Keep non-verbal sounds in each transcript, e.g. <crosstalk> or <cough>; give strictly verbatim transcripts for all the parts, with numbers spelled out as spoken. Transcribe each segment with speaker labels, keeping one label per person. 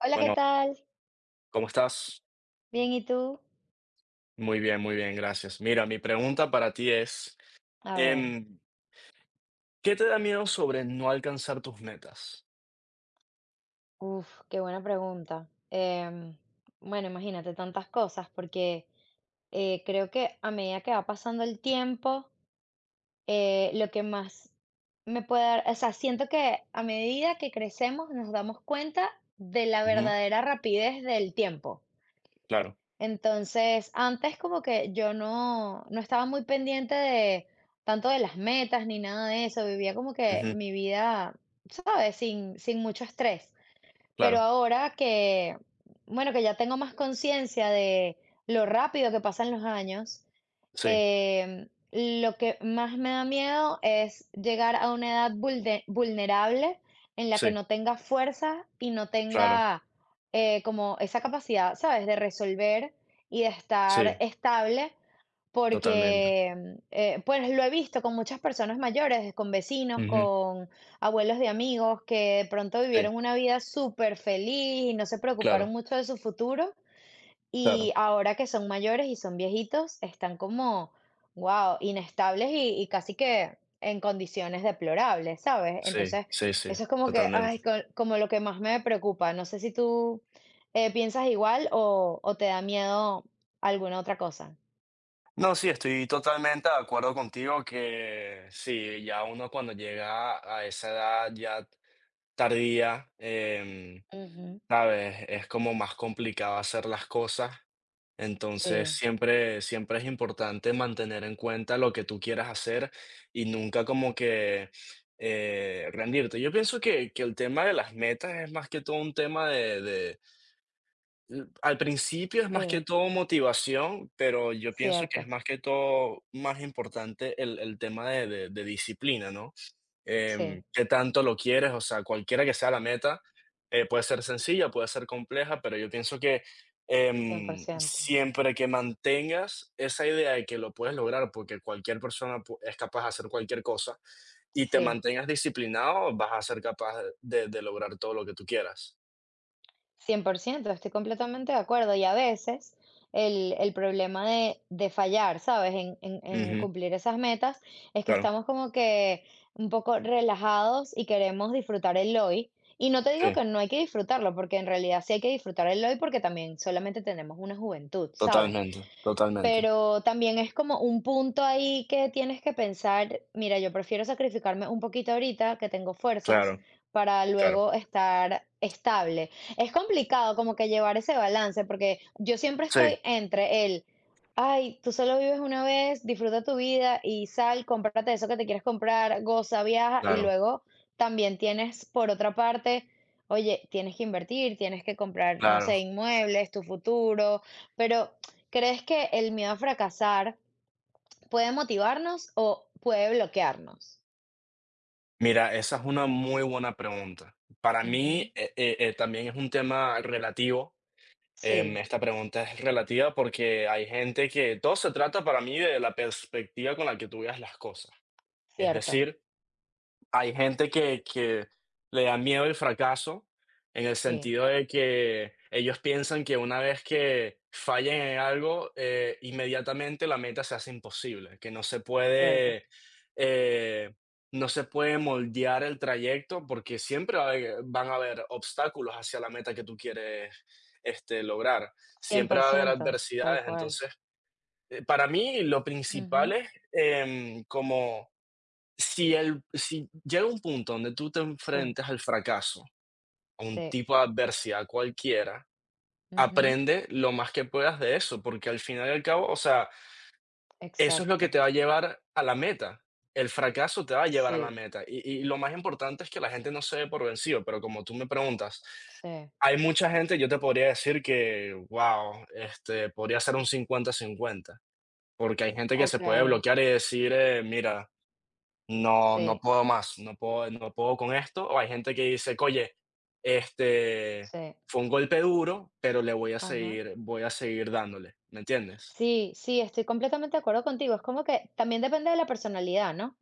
Speaker 1: Hola, ¿qué
Speaker 2: Bueno,
Speaker 1: tal?
Speaker 2: ¿cómo estás?
Speaker 1: Bien, ¿y tú?
Speaker 2: Muy bien, muy bien, gracias. Mira, mi pregunta para ti es,
Speaker 1: A ver,
Speaker 2: em, ¿qué te da miedo sobre no alcanzar tus metas?
Speaker 1: uf, qué buena pregunta. Em, bueno, imagínate tantas cosas, porque eh, creo que a medida que va pasando el tiempo, eh, lo que más me puede dar, o sea, siento que a medida que crecemos nos damos cuenta de la
Speaker 2: Ujú,
Speaker 1: verdadera rapidez del tiempo.
Speaker 2: claro,
Speaker 1: Entonces, antes como que yo no, no estaba muy pendiente de tanto de las metas ni nada de eso, vivía como que
Speaker 2: ujú,
Speaker 1: mi vida, ¿sabes? Sin, sin mucho estrés. Pero
Speaker 2: claro,
Speaker 1: ahora que, bueno, que ya tengo más conciencia de lo rápido que pasan los años.
Speaker 2: sí,
Speaker 1: Em, lo que más me da miedo es llegar a una edad vulde- vulnerable en la que
Speaker 2: sí,
Speaker 1: no tenga fuerza y no
Speaker 2: claro,
Speaker 1: tenga eh, como esa capacidad, ¿sabes?, de resolver y de estar
Speaker 2: sí,
Speaker 1: estable,
Speaker 2: totalmente.
Speaker 1: porque mm, eh, pues lo he visto con muchas personas mayores, con vecinos,
Speaker 2: Ujú,
Speaker 1: con abuelos de amigos que de pronto vivieron
Speaker 2: sí,
Speaker 1: una vida súper feliz y no se preocuparon
Speaker 2: claro,
Speaker 1: mucho de su futuro y
Speaker 2: claro,
Speaker 1: ahora que son mayores y son viejitos, están como, wow, inestables y, y casi que en condiciones deplorables, ¿sabes?
Speaker 2: sí,
Speaker 1: Entonces,
Speaker 2: sí, sí,
Speaker 1: eso es como que,
Speaker 2: totalmente.
Speaker 1: ay, co- como lo que más me preocupa. No sé si tú eh, piensas igual o, o te da miedo alguna otra cosa.
Speaker 2: No, sí, estoy totalmente de acuerdo contigo que sí, ya uno cuando llega a esa edad ya tardía. em,
Speaker 1: Ujú,
Speaker 2: ¿Sabes? Es como más complicado hacer las cosas. Entonces,
Speaker 1: sí,
Speaker 2: siempre, siempre es importante mantener en cuenta lo que tú quieras hacer y nunca como que eh, rendirte. Yo pienso que, que el tema de las metas es más que todo un tema. De, de- Mm, al principio es más que
Speaker 1: sí,
Speaker 2: todo motivación, pero yo pienso que es
Speaker 1: cierto.
Speaker 2: más que todo más importante el el tema de de de disciplina, ¿no? Em,
Speaker 1: Sí,
Speaker 2: qué tanto lo quieres, o sea, cualquiera que sea la meta, eh, puede ser sencilla, puede ser compleja, pero yo pienso que,
Speaker 1: cien por
Speaker 2: em,
Speaker 1: ciento
Speaker 2: siempre que mantengas esa idea de que lo puedes lograr, porque cualquier persona pu es capaz de hacer cualquier cosa, y te
Speaker 1: Sí,
Speaker 2: mantengas disciplinado, vas a ser capaz de de lograr todo lo que tú quieras.
Speaker 1: cien por ciento estoy completamente de acuerdo. Y a veces el, el problema de, de fallar, ¿sabes? En, en- en
Speaker 2: Ujú,
Speaker 1: cumplir esas metas es que
Speaker 2: claro,
Speaker 1: estamos como que un poco relajados y queremos disfrutar el hoy. Y no te digo
Speaker 2: sí.
Speaker 1: que no hay que disfrutarlo, porque en realidad sí hay que disfrutar el hoy porque también solamente tenemos una juventud, ¿sabes?
Speaker 2: Totalmente, totalmente.
Speaker 1: Pero también es como un punto ahí que tienes que pensar, mira, yo prefiero sacrificarme un poquito ahorita que tengo fuerzas
Speaker 2: Claro,
Speaker 1: para
Speaker 2: claro.
Speaker 1: luego estar estable. Es complicado como que llevar ese balance porque yo siempre
Speaker 2: Sí,
Speaker 1: estoy entre el, ay, tú solo vives una vez, disfruta tu vida y sal, cómprate eso que te quieres comprar, goza, viaja y
Speaker 2: claro,
Speaker 1: luego también tienes por otra parte, oye, tienes que invertir, tienes que comprar, no
Speaker 2: claro.
Speaker 1: sé, inmuebles, tu futuro, pero ¿crees que el miedo a fracasar puede motivarnos o puede bloquearnos?
Speaker 2: Mira, esa es una muy buena pregunta. Para mí,
Speaker 1: Ujú.
Speaker 2: eh eh eh, también es un tema relativo. Em,
Speaker 1: Sí,
Speaker 2: esta pregunta es relativa porque hay gente que todo se trata para mí de la perspectiva con la que tú veas las cosas. Es
Speaker 1: cierto,
Speaker 2: decir, hay gente que, que le da miedo el fracaso en el
Speaker 1: sí,
Speaker 2: sentido de que ellos piensan que una vez que fallen en algo, eh, inmediatamente la meta se hace imposible, que no se
Speaker 1: cierto.
Speaker 2: puede, eh, no se puede moldear el trayecto porque siempre va a haber- van a haber obstáculos hacia la meta que tú quieres este, lograr,
Speaker 1: Cien
Speaker 2: siempre
Speaker 1: por
Speaker 2: va a haber
Speaker 1: ciento, tal
Speaker 2: adversidades,
Speaker 1: cual.
Speaker 2: entonces. eh, Para mí lo principal
Speaker 1: Ujú.
Speaker 2: es em, como si el si llega un punto donde tú te
Speaker 1: Sí,
Speaker 2: enfrentas al fracaso, a un
Speaker 1: sí.
Speaker 2: tipo de adversidad cualquiera,
Speaker 1: Ujú.
Speaker 2: aprende lo más que puedas de eso, porque al final y al cabo, o sea, eso es lo que
Speaker 1: Exacto.
Speaker 2: te va a llevar a la meta. El fracaso te va a llevar a la
Speaker 1: Sí,
Speaker 2: meta. Y y lo más importante es que la gente no se dé por vencido, pero como tú me preguntas,
Speaker 1: sí.
Speaker 2: hay mucha gente, yo te podría decir que, wow, este, podría ser un cincuenta cincuenta porque hay gente que se puede
Speaker 1: Okey.
Speaker 2: bloquear y decir, eh, mira. No, no
Speaker 1: Sí,
Speaker 2: puedo más, no puedo no puedo con esto. O hay gente que dice: "Oye, este,
Speaker 1: sí.
Speaker 2: fue un golpe duro, pero le voy a
Speaker 1: Ajá.
Speaker 2: seguir voy a seguir dándole", ¿me entiendes?
Speaker 1: Sí, sí, estoy completamente de acuerdo contigo. Es como que también depende de la personalidad, ¿no?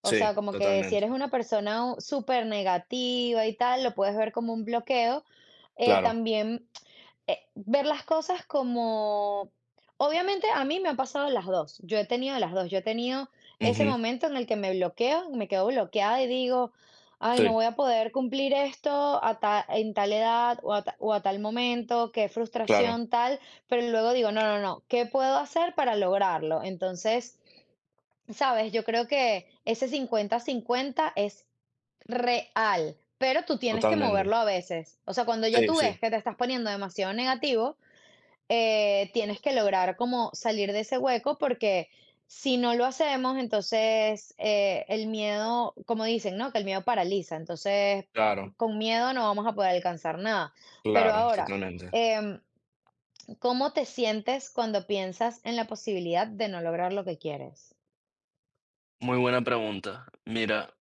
Speaker 1: O
Speaker 2: Sí,
Speaker 1: sea, como que si
Speaker 2: totalmente,
Speaker 1: eres una persona u- súper negativa y tal, lo puedes ver como un bloqueo. Eh,
Speaker 2: claro.
Speaker 1: también eh, ver las cosas como... Obviamente a mí me han pasado las dos. Yo he tenido las dos. Yo he tenido ese
Speaker 2: Ujú.
Speaker 1: momento en el que me bloqueo, me quedo bloqueada y digo, ay, no
Speaker 2: Sí,
Speaker 1: voy a poder cumplir esto a ta- en tal edad o a, ta- o a tal momento, qué
Speaker 2: claro,
Speaker 1: frustración tal, pero luego digo, no, no, no, ¿qué puedo hacer para lograrlo? Entonces, sabes, yo creo que ese cincuenta-cincuenta es real, pero tú tienes que moverlo
Speaker 2: totalmente.
Speaker 1: a veces. O sea, cuando ya
Speaker 2: Sí,
Speaker 1: tú ves
Speaker 2: sí,
Speaker 1: que te estás poniendo demasiado negativo, eh, tienes que lograr como salir de ese hueco porque si no lo hacemos, entonces eh, el miedo, como dicen, ¿no? Que el miedo paraliza. Entonces,
Speaker 2: claro,
Speaker 1: con miedo no vamos a poder alcanzar nada. Pero
Speaker 2: claro,
Speaker 1: ahora,
Speaker 2: totalmente.
Speaker 1: em, ¿cómo te sientes cuando piensas en la posibilidad de no lograr lo que quieres?
Speaker 2: Muy buena pregunta. Mira,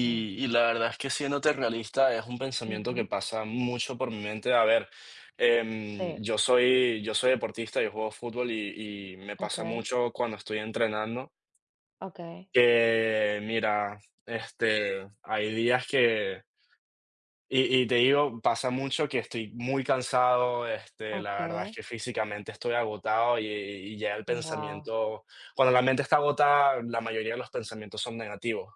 Speaker 1: Sí.
Speaker 2: y la verdad es que siéndote realista es un pensamiento que
Speaker 1: Ujú.
Speaker 2: pasa mucho por mi mente. A ver, em,
Speaker 1: Sí,
Speaker 2: yo soy, yo soy deportista, yo juego fútbol y, y me pasa
Speaker 1: okey,
Speaker 2: mucho cuando estoy entrenando
Speaker 1: okey,
Speaker 2: que, mira, este, hay días que, y, y te digo, pasa mucho que estoy muy cansado, este, la verdad es
Speaker 1: okey.
Speaker 2: que físicamente estoy agotado y, y ya el
Speaker 1: Wow.
Speaker 2: pensamiento, cuando la mente está agotada, la mayoría de los pensamientos son negativos.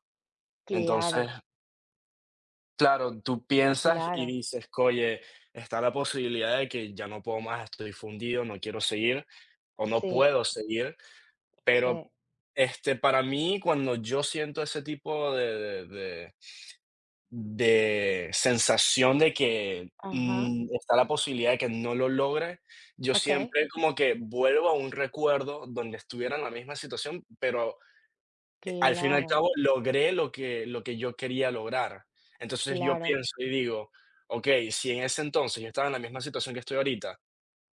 Speaker 2: Entonces,
Speaker 1: Claro,
Speaker 2: claro, tú piensas y
Speaker 1: claro.
Speaker 2: dices: "Oye, está la posibilidad de que ya no puedo más, estoy fundido, no quiero seguir o no
Speaker 1: Sí,
Speaker 2: puedo seguir", pero,
Speaker 1: sí.
Speaker 2: este, para mí, cuando yo siento ese tipo de de de de sensación de que,
Speaker 1: Ajá.
Speaker 2: mm, está la posibilidad de que no lo logre, yo
Speaker 1: Okey.
Speaker 2: siempre como que vuelvo a un recuerdo donde estuviera en la misma situación, pero al fin y al
Speaker 1: Claro,
Speaker 2: cabo, logré lo que lo que yo quería lograr. Entonces, yo
Speaker 1: claro.
Speaker 2: pienso y digo: "Okey, si en ese entonces yo estaba en la misma situación que estoy ahorita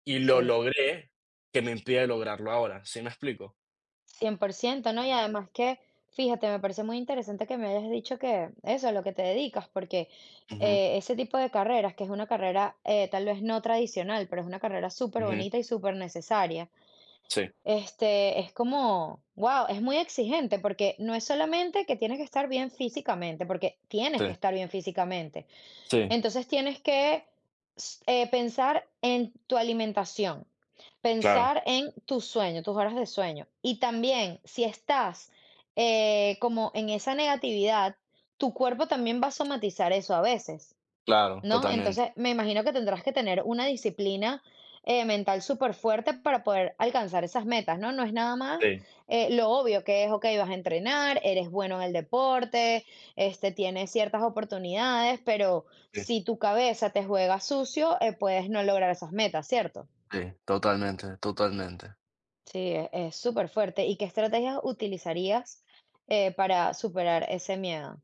Speaker 2: y lo
Speaker 1: Sí,
Speaker 2: logré, ¿qué me impide lograrlo ahora?", ¿sí me explico?
Speaker 1: cien por ciento, ¿no? Y además que, fíjate, me parece muy interesante que me hayas dicho que eso, a lo que te dedicas, porque,
Speaker 2: Ujú,
Speaker 1: eh, ese tipo de carreras, que es una carrera, eh, tal vez no tradicional, pero es una carrera súper
Speaker 2: ujú.
Speaker 1: bonita y súper necesaria.
Speaker 2: Sí,
Speaker 1: Este, es como, wow, es muy exigente porque no es solamente que tienes que estar bien físicamente, porque tienes que
Speaker 2: sí,
Speaker 1: estar bien físicamente.
Speaker 2: sí,
Speaker 1: Entonces tienes que s- eh, pensar en tu alimentación,
Speaker 2: claro,
Speaker 1: pensar en tu sueño, tus horas de sueño. Y también si estás eh, como en esa negatividad, tu cuerpo también va a somatizar eso a veces.
Speaker 2: claro,
Speaker 1: ¿No?
Speaker 2: totalmente.
Speaker 1: Entonces, me imagino que tendrás que tener una disciplina eh, mental súper fuerte para poder alcanzar esas metas, ¿no? No es nada más
Speaker 2: Sí,
Speaker 1: eh, lo obvio que es, ok, vas a entrenar, eres bueno en el deporte, este, tienes ciertas oportunidades, pero
Speaker 2: sí,
Speaker 1: si tu cabeza te juega sucio, eh, puedes no lograr esas metas, ¿cierto?
Speaker 2: sí, totalmente, totalmente.
Speaker 1: Sí, es es súper fuerte. ¿Y qué estrategias utilizarías eh, para superar ese miedo?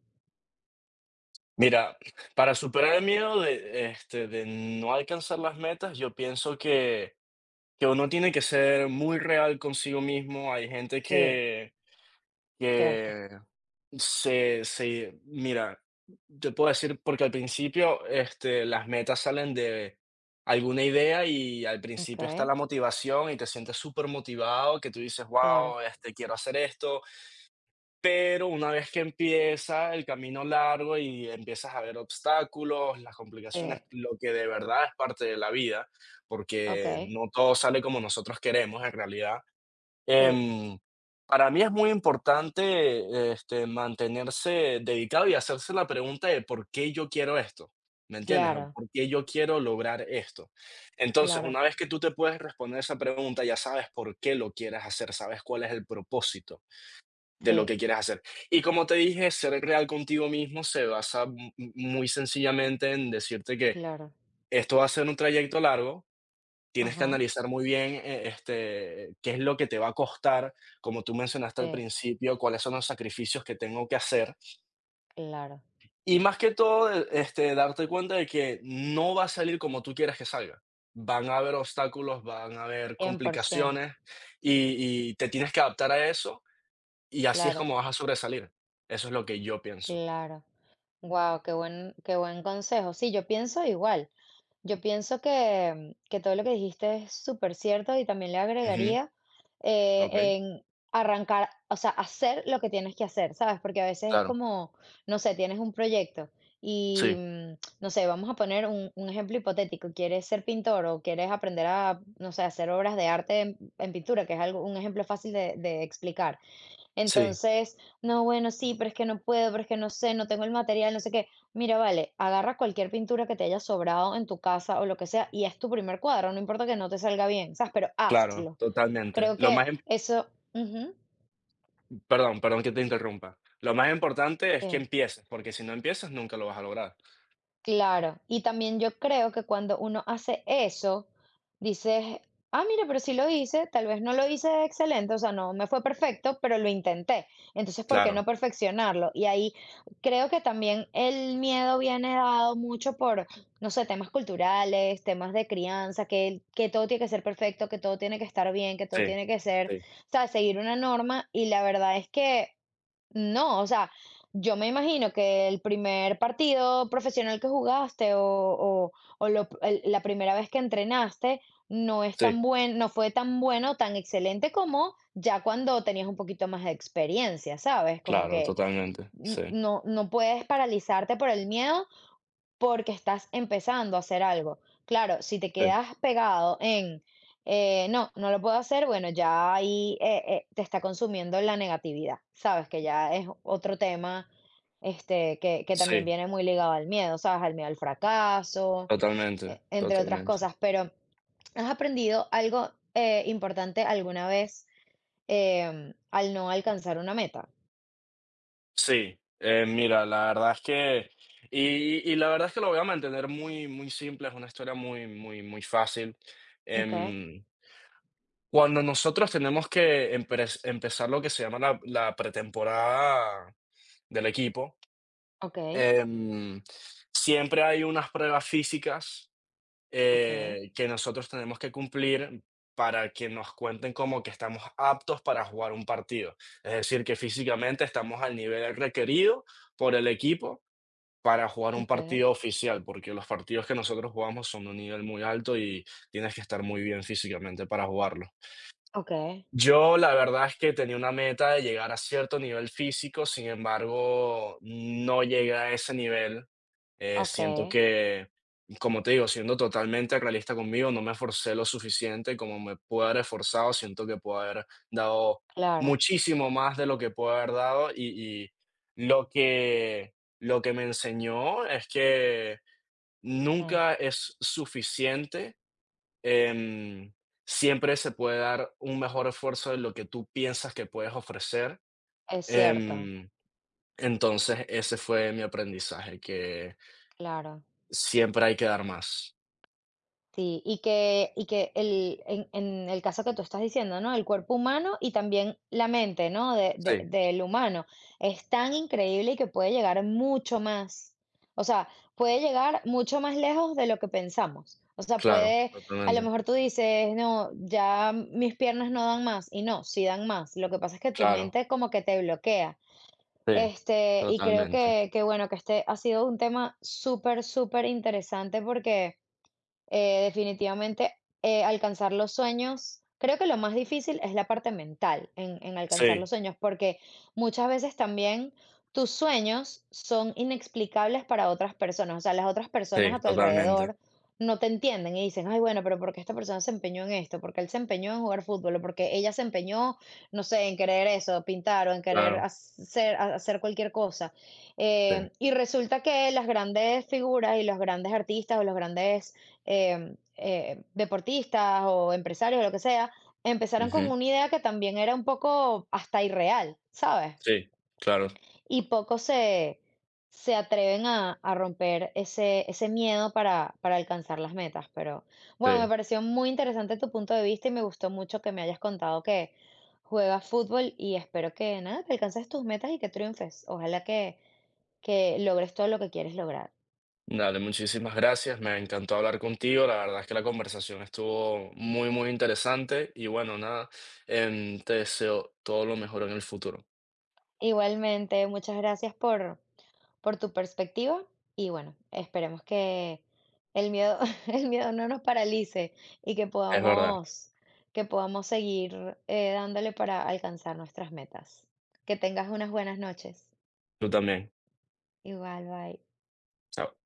Speaker 2: Mira, para superar el miedo de, este, de no alcanzar las metas, yo pienso que que uno tiene que ser muy real consigo mismo. Hay gente
Speaker 1: Sí,
Speaker 2: que
Speaker 1: cierto.
Speaker 2: Que se se mira, yo puedo decir, porque al principio, este, las metas salen de alguna idea y al
Speaker 1: Ok,
Speaker 2: principio está la motivación y te sientes súper motivado que tú dices:
Speaker 1: claro.
Speaker 2: "Guau, este, quiero hacer esto", pero una vez que empieza el camino largo y empiezas a ver obstáculos, las complicaciones,
Speaker 1: Sí,
Speaker 2: lo que de verdad es parte de la vida,
Speaker 1: ok,
Speaker 2: porque no todo sale como nosotros queremos en realidad.
Speaker 1: sí,
Speaker 2: Em, para mí es muy importante, este, mantenerse dedicado y hacerse la pregunta de por qué yo quiero esto, ¿me entiendes? O
Speaker 1: claro.
Speaker 2: ¿por qué yo quiero lograr esto? Entonces,
Speaker 1: Claro,
Speaker 2: una vez que tú te puedes responder esa pregunta, ya sabes por qué lo quieres hacer, sabes cuál es el propósito de lo
Speaker 1: sí,
Speaker 2: que quieres hacer. Y como te dije, ser real contigo mismo se basa mu- mu- muy sencillamente en decirte que
Speaker 1: claro,
Speaker 2: esto va a ser un trayecto largo. Tienes que
Speaker 1: ajá,
Speaker 2: analizar muy bien, eh, este, qué es lo que te va a costar, como tú mencionaste al
Speaker 1: sí,
Speaker 2: principio, cuáles son los sacrificios que tengo que hacer.
Speaker 1: claro,
Speaker 2: Y más que todo, eh, este, darte cuenta de que no va a salir como tú quieres que salga. Van a haber obstáculos, van a haber
Speaker 1: cien por ciento,
Speaker 2: complicaciones y y te tienes que adaptar a eso, y así es
Speaker 1: claro,
Speaker 2: como vas a sobresalir. Eso es lo que yo pienso.
Speaker 1: claro. Wow, qué buen, qué buen consejo. Sí, yo pienso igual. Yo pienso que, que todo lo que dijiste es súper cierto y también le
Speaker 2: Ujú,
Speaker 1: agregaría eh,
Speaker 2: okey,
Speaker 1: en arrancar, o sea, hacer lo que tienes que hacer, ¿sabes? Porque a veces es
Speaker 2: claro.
Speaker 1: como, no sé, tienes un proyecto y,
Speaker 2: Sí,
Speaker 1: mm, no sé, vamos a poner un, un ejemplo hipotético, quieres ser pintor o quieres aprender a, no sé, hacer obras de arte en, en pintura, que es algo, un ejemplo fácil de de explicar.
Speaker 2: sí,
Speaker 1: Entonces, no, bueno, sí, pero es que no puedo, pero es que no sé, no tengo el material, no sé qué. Mira, vale, agarra cualquier pintura que te haya sobrado en tu casa o lo que sea y haz tu primer cuadro, no importa que no te salga bien, ¿sabes? Pero
Speaker 2: claro,
Speaker 1: hazlo.
Speaker 2: totalmente.
Speaker 1: Creo
Speaker 2: Lo
Speaker 1: que
Speaker 2: más
Speaker 1: eso, ujú,
Speaker 2: Perdón, perdón que te interrumpa. Lo más importante es que
Speaker 1: sí.
Speaker 2: empieces, porque si no empiezas nunca lo vas a lograr.
Speaker 1: Claro, y también yo creo que cuando uno hace eso, dices, ah, mira, pero sí lo hice, tal vez no lo hice excelente, o sea, no me fue perfecto, pero lo intenté. Entonces, ¿por qué
Speaker 2: Claro,
Speaker 1: no perfeccionarlo? Y ahí creo que también el miedo viene dado mucho por, no sé, temas culturales, temas de crianza, que, que todo tiene que ser perfecto, que todo tiene que estar bien, que
Speaker 2: sí,
Speaker 1: todo tiene que ser,
Speaker 2: sí,
Speaker 1: o sea, seguir una norma. Y la verdad es que no, o sea, yo me imagino que el primer partido profesional que jugaste o, o- o lo- el- la primera vez que entrenaste no es
Speaker 2: sí,
Speaker 1: tan buen, no fue tan bueno, tan excelente como ya cuando tenías un poquito más de experiencia, ¿sabes? Como
Speaker 2: claro,
Speaker 1: que
Speaker 2: totalmente,
Speaker 1: n-
Speaker 2: sí,
Speaker 1: no, no puedes paralizarte por el miedo porque estás empezando a hacer algo. Claro, si te
Speaker 2: sí,
Speaker 1: quedas pegado en, eh, no, no lo puedo hacer, bueno, ya ahí eh, eh, te está consumiendo la negatividad, ¿sabes? Que ya es otro tema este, que, que también
Speaker 2: sí,
Speaker 1: viene muy ligado al miedo, ¿sabes? Al miedo al fracaso, eh,
Speaker 2: totalmente,
Speaker 1: entre otras
Speaker 2: totalmente.
Speaker 1: cosas. Pero, ¿has aprendido algo eh, importante alguna vez em, al no alcanzar una meta?
Speaker 2: Sí, eh, mira, la verdad es que y y la verdad es que lo voy a mantener muy muy simple, es una historia muy muy muy fácil.
Speaker 1: Ok,
Speaker 2: Em, Cuando nosotros tenemos que empres empezar lo que se llama la la pretemporada del equipo.
Speaker 1: ok,
Speaker 2: Em, Siempre hay unas pruebas físicas,
Speaker 1: ok,
Speaker 2: eh, que nosotros tenemos que cumplir para que nos cuenten como que estamos aptos para jugar un partido. Es decir, que físicamente estamos al nivel requerido por el equipo para jugar un
Speaker 1: ok,
Speaker 2: partido oficial, porque los partidos que nosotros jugamos son de un nivel muy alto y tienes que estar muy bien físicamente para jugarlo.
Speaker 1: ok,
Speaker 2: Yo la verdad es que tenía una meta de llegar a cierto nivel físico, sin embargo, no llegué a ese nivel. Eh,
Speaker 1: ok,
Speaker 2: siento que, como te digo, siendo totalmente realista conmigo, no me esforcé lo suficiente como me pude haber esforzado. Siento que puedo haber dado
Speaker 1: claro.
Speaker 2: muchísimo más de lo que puedo haber dado y, y lo que, lo que me enseñó es que
Speaker 1: Eh,
Speaker 2: nunca es suficiente. em, Siempre se puede dar un mejor esfuerzo de lo que tú piensas que puedes ofrecer.
Speaker 1: es cierto,
Speaker 2: Em, entonces, ese fue mi aprendizaje, que
Speaker 1: claro.
Speaker 2: siempre hay que dar más.
Speaker 1: Sí, y que, y que el, en, en el caso que tú estás diciendo, ¿no? El cuerpo humano y también la mente, ¿no? De, de-
Speaker 2: Sí,
Speaker 1: del humano. Es tan increíble y que puede llegar mucho más. O sea, puede llegar mucho más lejos de lo que pensamos. O sea,
Speaker 2: claro,
Speaker 1: puede, a lo
Speaker 2: totalmente.
Speaker 1: mejor tú dices, no, ya mis piernas no dan más. Y no, sí dan más. Lo que pasa es que tu
Speaker 2: Claro,
Speaker 1: mente como que te bloquea.
Speaker 2: sí,
Speaker 1: Este, y creo
Speaker 2: totalmente.
Speaker 1: que, que bueno, que este ha sido un tema súper, súper interesante porque eh, definitivamente, eh, alcanzar los sueños, creo que lo más difícil es la parte mental en, en alcanzar los
Speaker 2: Sí,
Speaker 1: sueños, porque muchas veces también tus sueños son inexplicables para otras personas, o sea, las otras personas
Speaker 2: sí,
Speaker 1: a tu
Speaker 2: totalmente.
Speaker 1: alrededor no te entienden y dicen, ay, bueno, pero ¿por qué esta persona se empeñó en esto? ¿Por qué él se empeñó en jugar fútbol? ¿O porque ella se empeñó, no sé, en querer eso, pintar o en querer
Speaker 2: Claro,
Speaker 1: hacer, ha- hacer cualquier cosa?
Speaker 2: sí.
Speaker 1: Eh, y resulta que las grandes figuras y los grandes artistas o los grandes eh, eh, deportistas o empresarios o lo que sea, empezaron con
Speaker 2: Ujú,
Speaker 1: una idea que también era un poco hasta irreal, ¿sabes?
Speaker 2: sí, claro,
Speaker 1: Y pocos se, se atreven a, a romper ese, ese miedo para, para alcanzar las metas. Pero bueno, me
Speaker 2: sí.
Speaker 1: pareció muy interesante tu punto de vista y me gustó mucho que me hayas contado que juegas fútbol y espero que nada, que alcances tus metas y que triunfes. Ojalá que, que logres todo lo que quieres lograr.
Speaker 2: Dale, muchísimas gracias. Me encantó hablar contigo. La verdad es que la conversación estuvo muy, muy interesante. Y bueno, nada, em, te deseo todo lo mejor en el futuro.
Speaker 1: Igualmente, muchas gracias por, por tu perspectiva y bueno, esperemos que el miedo, <laughs> el miedo no nos paralice y que
Speaker 2: Es verdad.
Speaker 1: podamos, que podamos seguir eh, dándole para alcanzar nuestras metas. Que tengas unas buenas noches.
Speaker 2: Tú también.
Speaker 1: Igual, bye.
Speaker 2: Chao.